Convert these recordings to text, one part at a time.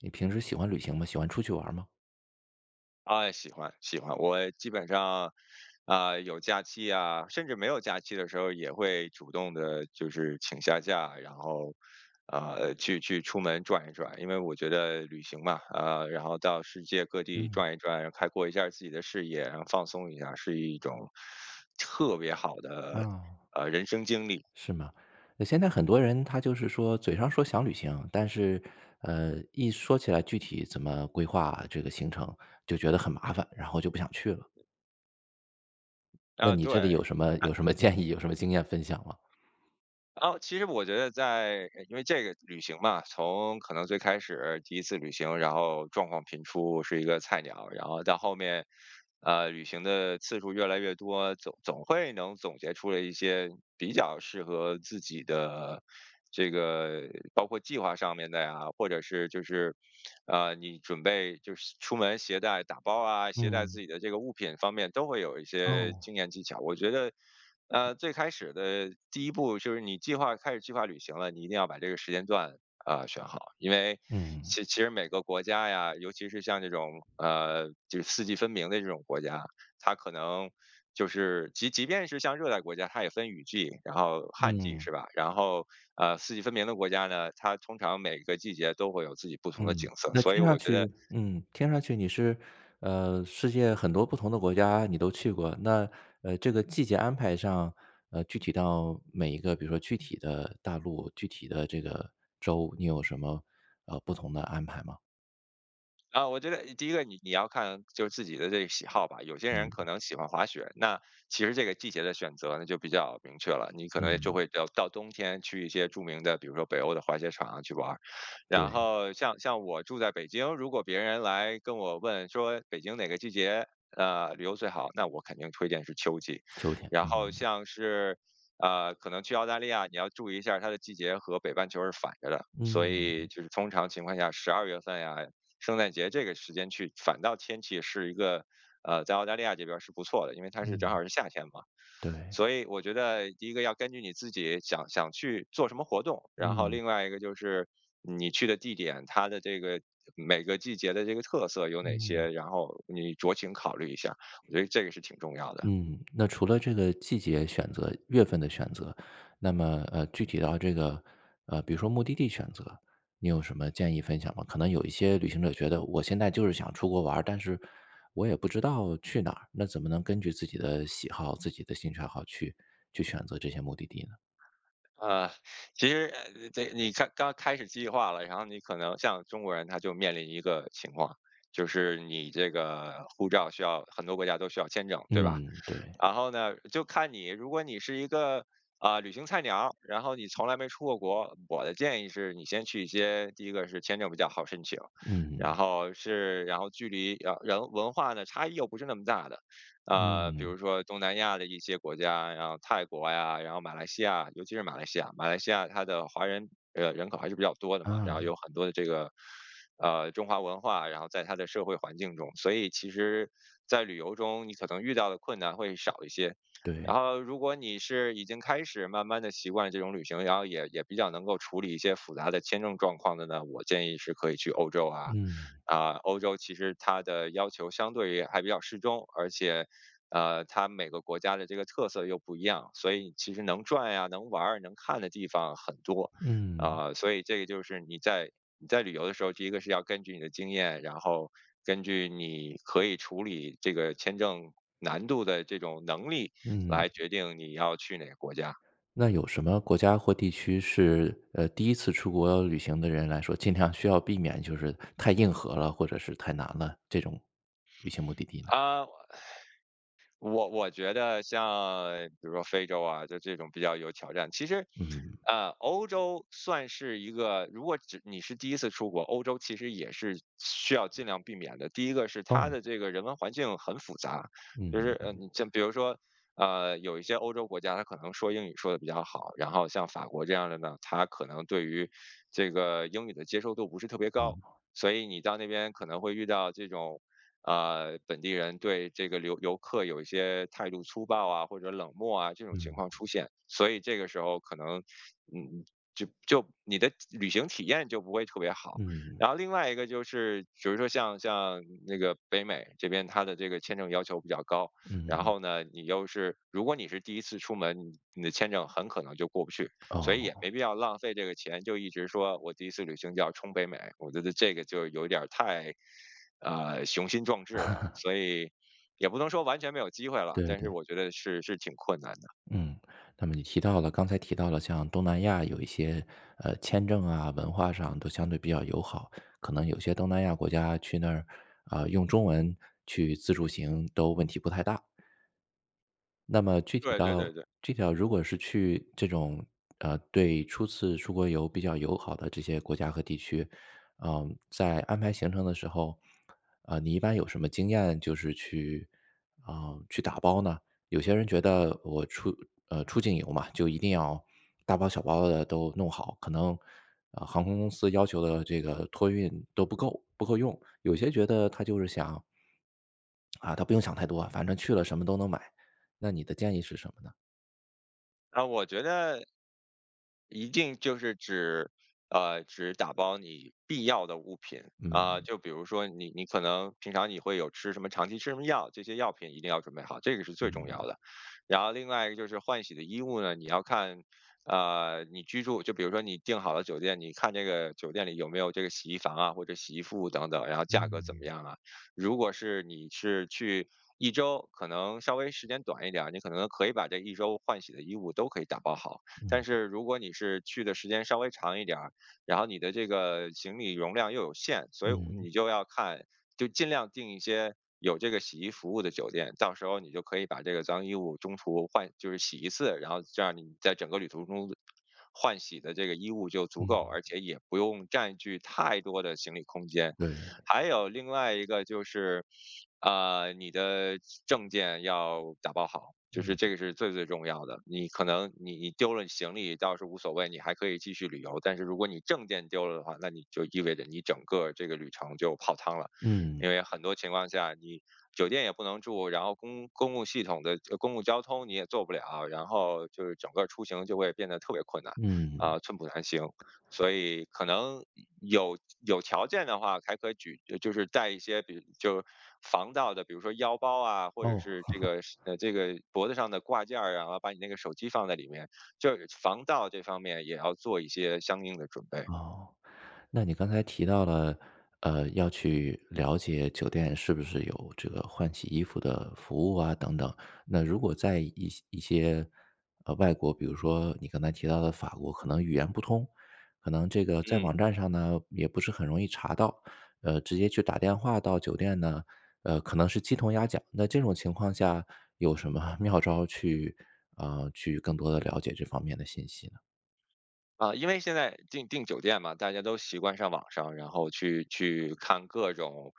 你平时喜欢旅行吗？喜欢出去玩吗？啊，喜欢喜欢，我基本上，有假期啊，甚至没有假期的时候，也会主动的，就是请下假，然后，去出门转一转，因为我觉得旅行嘛，然后到世界各地嗯。转一转，开阔一下自己的视野，然后放松一下，是一种特别好的啊。人生经历是吗？那现在很多人他就是说嘴上说想旅行，但是,一说起来具体怎么规划啊这个行程，就觉得很麻烦，然后就不想去了。那啊，你这里对，有什么建议，有什么经验分享吗？啊，其实我觉得在因为这个旅行嘛，从可能最开始第一次旅行，然后状况频出，是一个菜鸟，然后到后面，旅行的次数越来越多，总会能总结出了一些比较适合自己的这个，包括计划上面的呀，或者是就是你准备就是出门携带打包啊，携带自嗯。己的这个物品方面，都会有一些哦。经验技巧。我觉得，最开始的第一步就是你计划开始计划旅行了，你一定要把这个时间段选好，因为嗯其实每个国家呀，尤其是像这种就是四季分明的这种国家，它可能就是即便是像热带国家，它也分雨季，然后旱季是嗯。吧？然后四季分明的国家呢，它通常每个季节都会有自己不同的景嗯。色，那所以听上我觉去。得嗯，听上去你是，世界很多不同的国家你都去过，这个季节安排上，具体到每一个比如说具体的大陆、具体的这个州，你有什么，不同的安排吗？啊，我觉得第一个你要看就是自己的这个喜好吧，有些人嗯。可能喜欢滑雪，那其实这个季节的选择呢就比较明确了，你可能就嗯。会到冬天去一些著名的，比如说北欧的滑雪场去玩儿。然对。后像我住在北京，如果别人来跟我问说北京哪个季节旅游最好，那我肯定推荐是秋季。秋天。然后嗯。像是可能去澳大利亚，你要注意一下它的季节和北半球是反着的，所嗯。以就是通常情况下，12月份呀，圣诞节这个时间去，反倒天气是一个，在澳大利亚这边儿是不错的，因为它是正嗯。好是夏天嘛。对。所以我觉得第一个要根据你自己想想去做什么活动，然后嗯。另外一个就是你去的地点，它的这个每个季节的这个特色有哪嗯。些，然后你酌情考虑一下，我觉得这个是挺重要的。嗯。那除了这个季节选择、月份的选择，那么,具体到这个，比如说目的地选择，你有什么建议分享吗？可能有一些旅行者觉得我现在就是想出国玩儿，但是我也不知道去哪儿，那怎么能根据自己的喜好、自己的兴趣爱好去选择这些目的地呢？呃，其实这你看刚开始计划了，然后你可能像中国人他就面临一个情况，就是你这个护照需要很多国家都需要签证，对吧？嗯。对。然后呢，就看你，如果你是一个旅行菜鸟，然后你从来没出过国，我的建议是你先去一些，第一个是签证比较好申请，然嗯。后是然后距离啊人文化呢差异又不是那么大的，比嗯。如说东南亚的一些国家，然后泰国呀，然后马来西亚，尤其是马来西亚，马来西亚它的华人人口还是比较多的嘛，然啊。后有很多的这个中华文化，然后在它的社会环境中，所以其实，在旅游中你可能遇到的困难会少一些。对。然后，如果你是已经开始慢慢的习惯这种旅行，然后也比较能够处理一些复杂的签证状况的呢，我建议是可以去欧洲啊，嗯。欧洲其实它的要求相对于还比较适中，而且它每个国家的这个特色又不一样，所以其实能转呀、能玩儿、能看的地方很多，嗯。所以这个就是你在旅游的时候，第一个是要根据你的经验，然后根据你可以处理这个签证难度的这种能力嗯。来决定你要去哪个国家。那有什么国家或地区是，第一次出国旅行的人来说，尽量需要避免就是太硬核了，或者是太难了，这种旅行目的地呢？啊、我觉得像比如说非洲啊，就这种比较有挑战。其实，嗯。欧洲算是一个，如果只你是第一次出国，欧洲其实也是需要尽量避免的。第一个是它哦。的这个人文环境很复杂，就是嗯。你像比如说。有一些欧洲国家，它可能说英语说的比较好，然后像法国这样的呢，它可能对于这个英语的接受度不是特别高，啊。所以你到那边可能会遇到这种本地人对这个游客有一些态度粗暴啊，或者冷漠啊这种情嗯。况出现，所以这个时候可能，嗯，就你的旅行体验就不会特别好。嗯。然后另外一个就是，比如说像那个北美这边，它的这个签证要求比较高，然嗯。后呢，你又是如果你是第一次出门，你的签证很可能就过不去。所以哦。也没必要浪费这个钱，就一直说我第一次旅行就要冲北美，我觉得这个就有点儿太，雄心壮志了，所以也不能说完全没有机会了，对但是对。我觉得是挺困难的。嗯。那么你提到了刚才提到了像东南亚有一些，签证啊，文化上都相对比较友好，可能有些东南亚国家去那儿，啊，用中文去自助行都问题不太大。那么具体对对对到对，具体到如果是去这种，对初次出国游比较友好的这些国家和地区，嗯，在安排行程的时候，你一般有什么经验就是去啊，去打包呢？有些人觉得出境游嘛，就一定要大包小包的都弄好，可能，航空公司要求的这个托运都不够用。有些觉得他就是想啊，他不用想太多啊，反正去了什么都能买。那你的建议是什么呢？啊，我觉得一定就是指，只打包你必要的物品。啊，嗯。就比如说你可能平常你会有吃什么长期吃什么药，这些药品一定要准备好，这个是最重要嗯的。然后另外一个就是换洗的衣物呢，你要看，你居住就比如说你订好了酒店，你看这个酒店里有没有这个洗衣房啊，或者洗衣服等等，然后价格怎嗯么样啊？如果是你是去一周，可能稍微时间短一点儿，你可能可以把这一周换洗的衣物都可以打包好。但嗯是如果你是去的时间稍微长一点儿，然后你的这个行李容量又有限，所以嗯你就要看，就尽量订一些有这个洗衣服务的酒店，到时候你就可以把这个脏衣物中途换，就是洗一次，然后这样你在整个旅途中换洗的这个衣物就足够，嗯。而且也不用占据太多的行李空间。对。还有另外一个就是。啊，你的证件要打包好，就是嗯。这个是最重要的。你可能你丢了行李倒是无所谓，你还可以继续旅游。但是如果你证件丢了的话，那你就意味着你整个这个旅程就泡汤了，嗯。因为很多情况下你酒店也不能住，然后公共系统的公共交通你也坐不了，然后就是整个出行就会变得特别困难，嗯。寸步难行。所以可能有有条件的话，还可以举，就是带一些，比如就防盗的，比如说腰包啊，或者哦。是这个这个脖子上的挂件儿啊，然后把你那个手机放在里面，就是防盗这方面也要做一些相应的准备。哦。那你刚才提到了，要去了解酒店是不是有这个换洗衣服的服务啊，等等。那如果在一些，外国，比如说你刚才提到的法国，可能语言不通，可能这个在嗯。网站上呢也不是很容易查到，直接去打电话到酒店呢，可能是鸡同鸭讲。那这种情况下，有什么 妙招去，啊，去更多的了解这方面的信息呢？啊，因为现在订酒店嘛，大家都习惯上网上，然后去看各种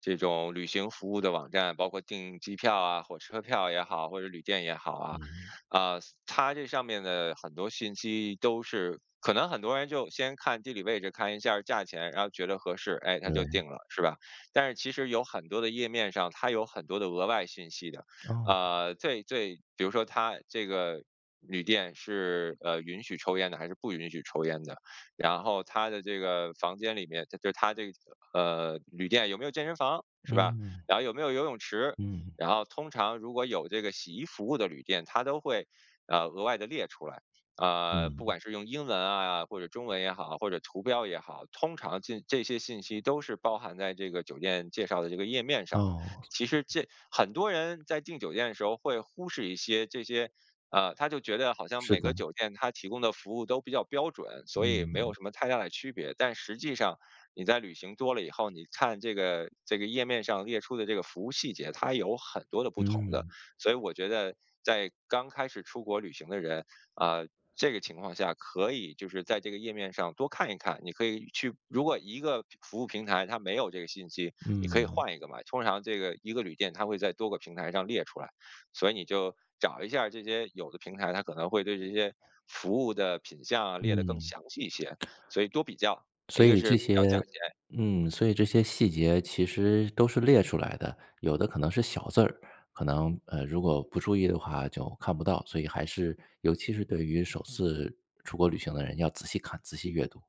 这种旅行服务的网站，包括订机票啊、火车票也好，或者旅店也好啊，嗯。啊，它这上面的很多信息都是可能很多人就先看地理位置，看一下儿价钱，然后觉得合适，哎，他就对。定了，是吧？但是其实有很多的页面上，它有很多的额外信息的，哦。呃，最最，比如说它这个旅店是允许抽烟的还是不允许抽烟的，然后他的这个房间里面，就他这个旅店有没有健身房是吧？嗯然后有没有游泳池？嗯。然后通常如果有这个洗衣服务的旅店，他都会额外的列出来。呃，不嗯。管是用英文啊，或者中文也好，或者图标也好，通常这些信息都是包含在这个酒店介绍的这个页面上的。哦。其实这很多人在订酒店的时候会忽视一些这些，他就觉得好像是每个的。酒店它提供的服务都比较标准，所以没有嗯。什么太大的区别。但实际上，你在旅行多了以后，你看这个页面上列出的这个服务细节，它有很多的不同的。嗯。所以我觉得，在刚开始出国旅行的人，啊、这个情况下可以就是在这个页面上多看一看。你可以去，如果一个服务平台它没有这个信息，你可以嗯。换一个嘛。通常这个一个旅店它会在多个平台上列出来。所以你就找一下这些有的平台，它可能会对这些服务的品项啊列得更嗯。详细一些，所以多比较，一所个以是这比较价些钱。嗯。所以这些细节其实都是列出来的，有的可能是小字儿，可能，如果不注意的话就看不到，所以还是尤其是对于首次出国旅行的人要仔细看、仔细阅读。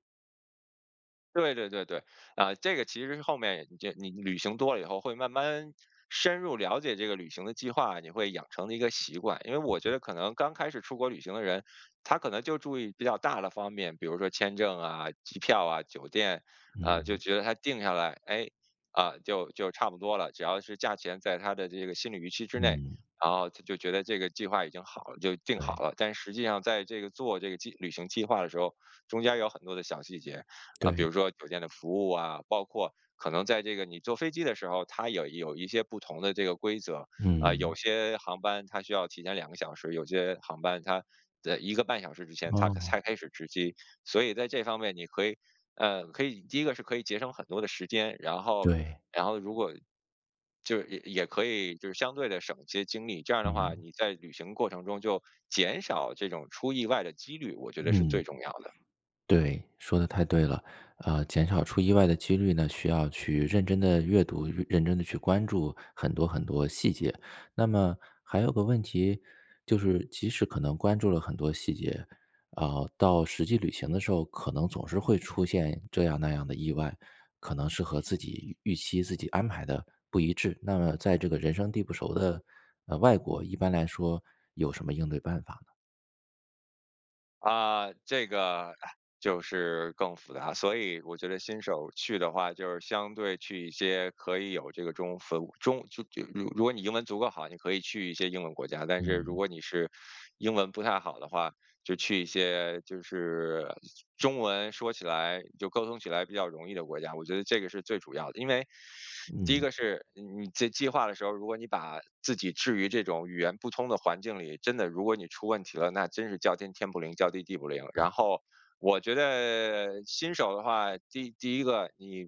对对对对，啊，这个其实是后面你旅行多了以后，会慢慢深入了解这个旅行的计划，你会养成的一个习惯。因为我觉得可能刚开始出国旅行的人，他可能就注意比较大的方面，比如说签证啊、机票啊、酒店啊，就嗯。觉得他定下来，哎，啊，就差不多了，只要是价钱在他的这个心理预期之内。嗯。然后他就觉得这个计划已经好了，就定好对。了。但实际上，在这个做这个计旅行计划的时候，中间有很多的小细节，啊，比对。如说酒店的服务啊，包括可能在这个你坐飞机的时候，它有一些不同的这个规则啊，有嗯。些航班它需要提前两个小时，有些航班它的一个半小时之前它可才哦。开始值机，所以在这方面你可以，呃，可以第一个是可以节省很多的时间，然后对。然后如果就是也可以就是相对的省一些精力，这样的话嗯。你在旅行过程中就减少这种出意外的几率，我觉得是最嗯。重要的。对，说的太对了。减少出意外的几率呢，需要去认真的阅读，认真的去关注很多很多细节。那么还有个问题，就是即使可能关注了很多细节，啊，到实际旅行的时候，可能总是会出现这样那样的意外，可能是和自己预期、自己安排的不一致。那么在这个人生地不熟的，外国，一般来说有什么应对办法呢？啊，这个就是更复杂，所以我觉得新手去的话，就是相对去一些可以有这个中服中就就如如果你英文足够好，你可以去一些英文国家，但是如嗯。果你是英文不太好的话，就去一些就是中文说起来就沟通起来比较容易的国家，我觉得这个是最主要的。因为第一嗯。个是你在计划的时候，如果你把自己置于这种语言不通的环境里，真的如果你出问题了，那真是叫天天不灵，叫地地不灵。然后我觉得新手的话，第一个你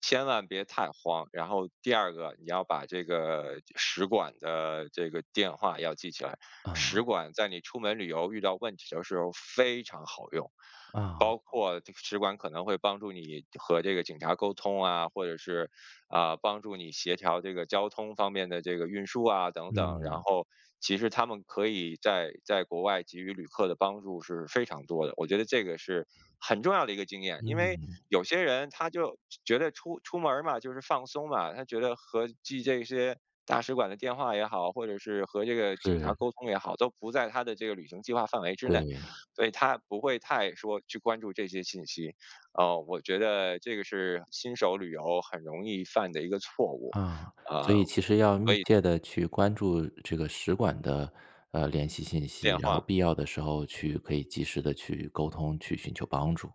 千万别太慌，然后第二个你要把这个使馆的这个电话要记起来，使啊。馆在你出门旅游遇到问题的时候非常好用。啊。包括这个使馆可能会帮助你和这个警察沟通啊，或者是啊、帮助你协调这个交通方面的这个运输啊等等。然嗯。后，其实他们可以在国外给予旅客的帮助是非常多的。我觉得这个是很重要的一个经验，因为嗯。有些人他就觉得出门儿嘛，就是放松嘛，他觉得和记这些大使馆的电话也好，或者是和这个警察是。沟通也好，都不在他的这个旅行计划范围之内，对。所以他不会太说去关注这些信息。呃，我觉得这个是新手旅游很容易犯的一个错误，啊。所呃，以其实要密切的去关注这个使馆的，联系信息，电然后话。必要的时候去可以及时的去沟通，去寻求帮助。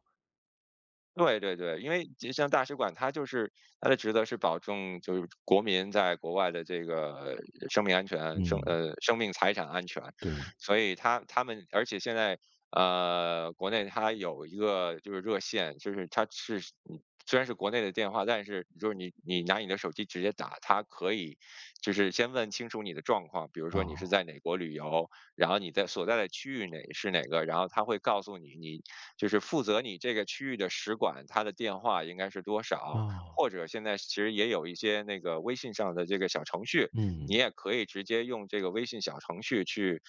对对对，因为其实像大使馆，它就是它的职责是保证就是国民在国外的这个生命安全、嗯。生命财产安全，对。所以他们而且现在国内它有一个就是热线，就是它是你虽然是国内的电话，但是就是你拿你的手机直接打，它可以就是先问清楚你的状况，比如说你是哦。在哪国旅游，然后你在所在的区域哪是哪个，然后他会告诉你你就是负责你这个区域的使馆，他的电话应该是多少？哦。或者现在其实也有一些那个微信上的这个小程序，你嗯。也可以直接用这个微信小程序去，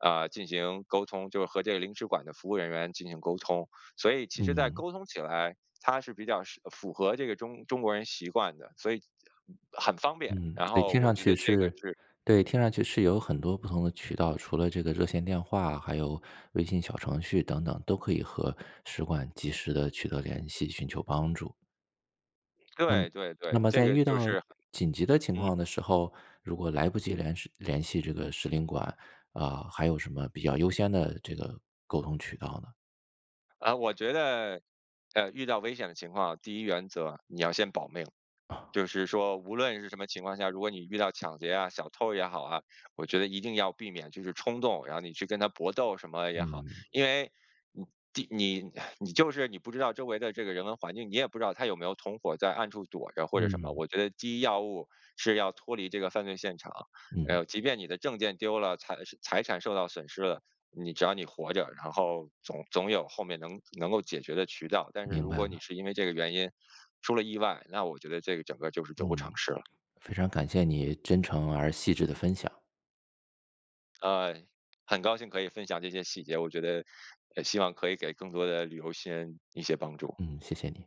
呃，进行沟通，就是和这个领事馆的服务人员进行沟通。所以其实，在嗯。沟通起来，它是比较是符合这个中国人习惯的，所以很方便。嗯。然所以后听我上觉得去这个是是对。听上去是有很多不同的渠道，除了这个热线电话，还有微信小程序等等，都可以和使馆及时的取得联系，寻求帮助。那么对对对，这在个遇就到是紧急的情嗯。况的时候，如果来不及联系这个使领馆，啊，还有什么比较优先的这个沟通渠道呢？啊，我觉得，呃，遇到危险的情况，第一原则你要先保命，就是说，无论是什么情况下，如果你遇到抢劫啊、小偷也好啊，我觉得一定要避免就是冲动，然后你去跟他搏斗什么也好，嗯因为你第你 你就是你不知道周围的这个人文环境，你也不知道他有没有同伙在暗处躲着或者什么。嗯我觉得第一要务是要脱离这个犯罪现场，嗯。呃，即便你的证件丢了，财产受到损失了，你只要你活着，然后总有后面能够解决的渠道。但是明如白果了。你是因为这个原因出了意外，那我觉得这个整个就是得不偿嗯。失了。非常感谢你真诚而细致的分享。呃，很高兴可以分享这些细节，我觉得，呃，希望可以给更多的旅游新人一些帮助。嗯。谢谢你。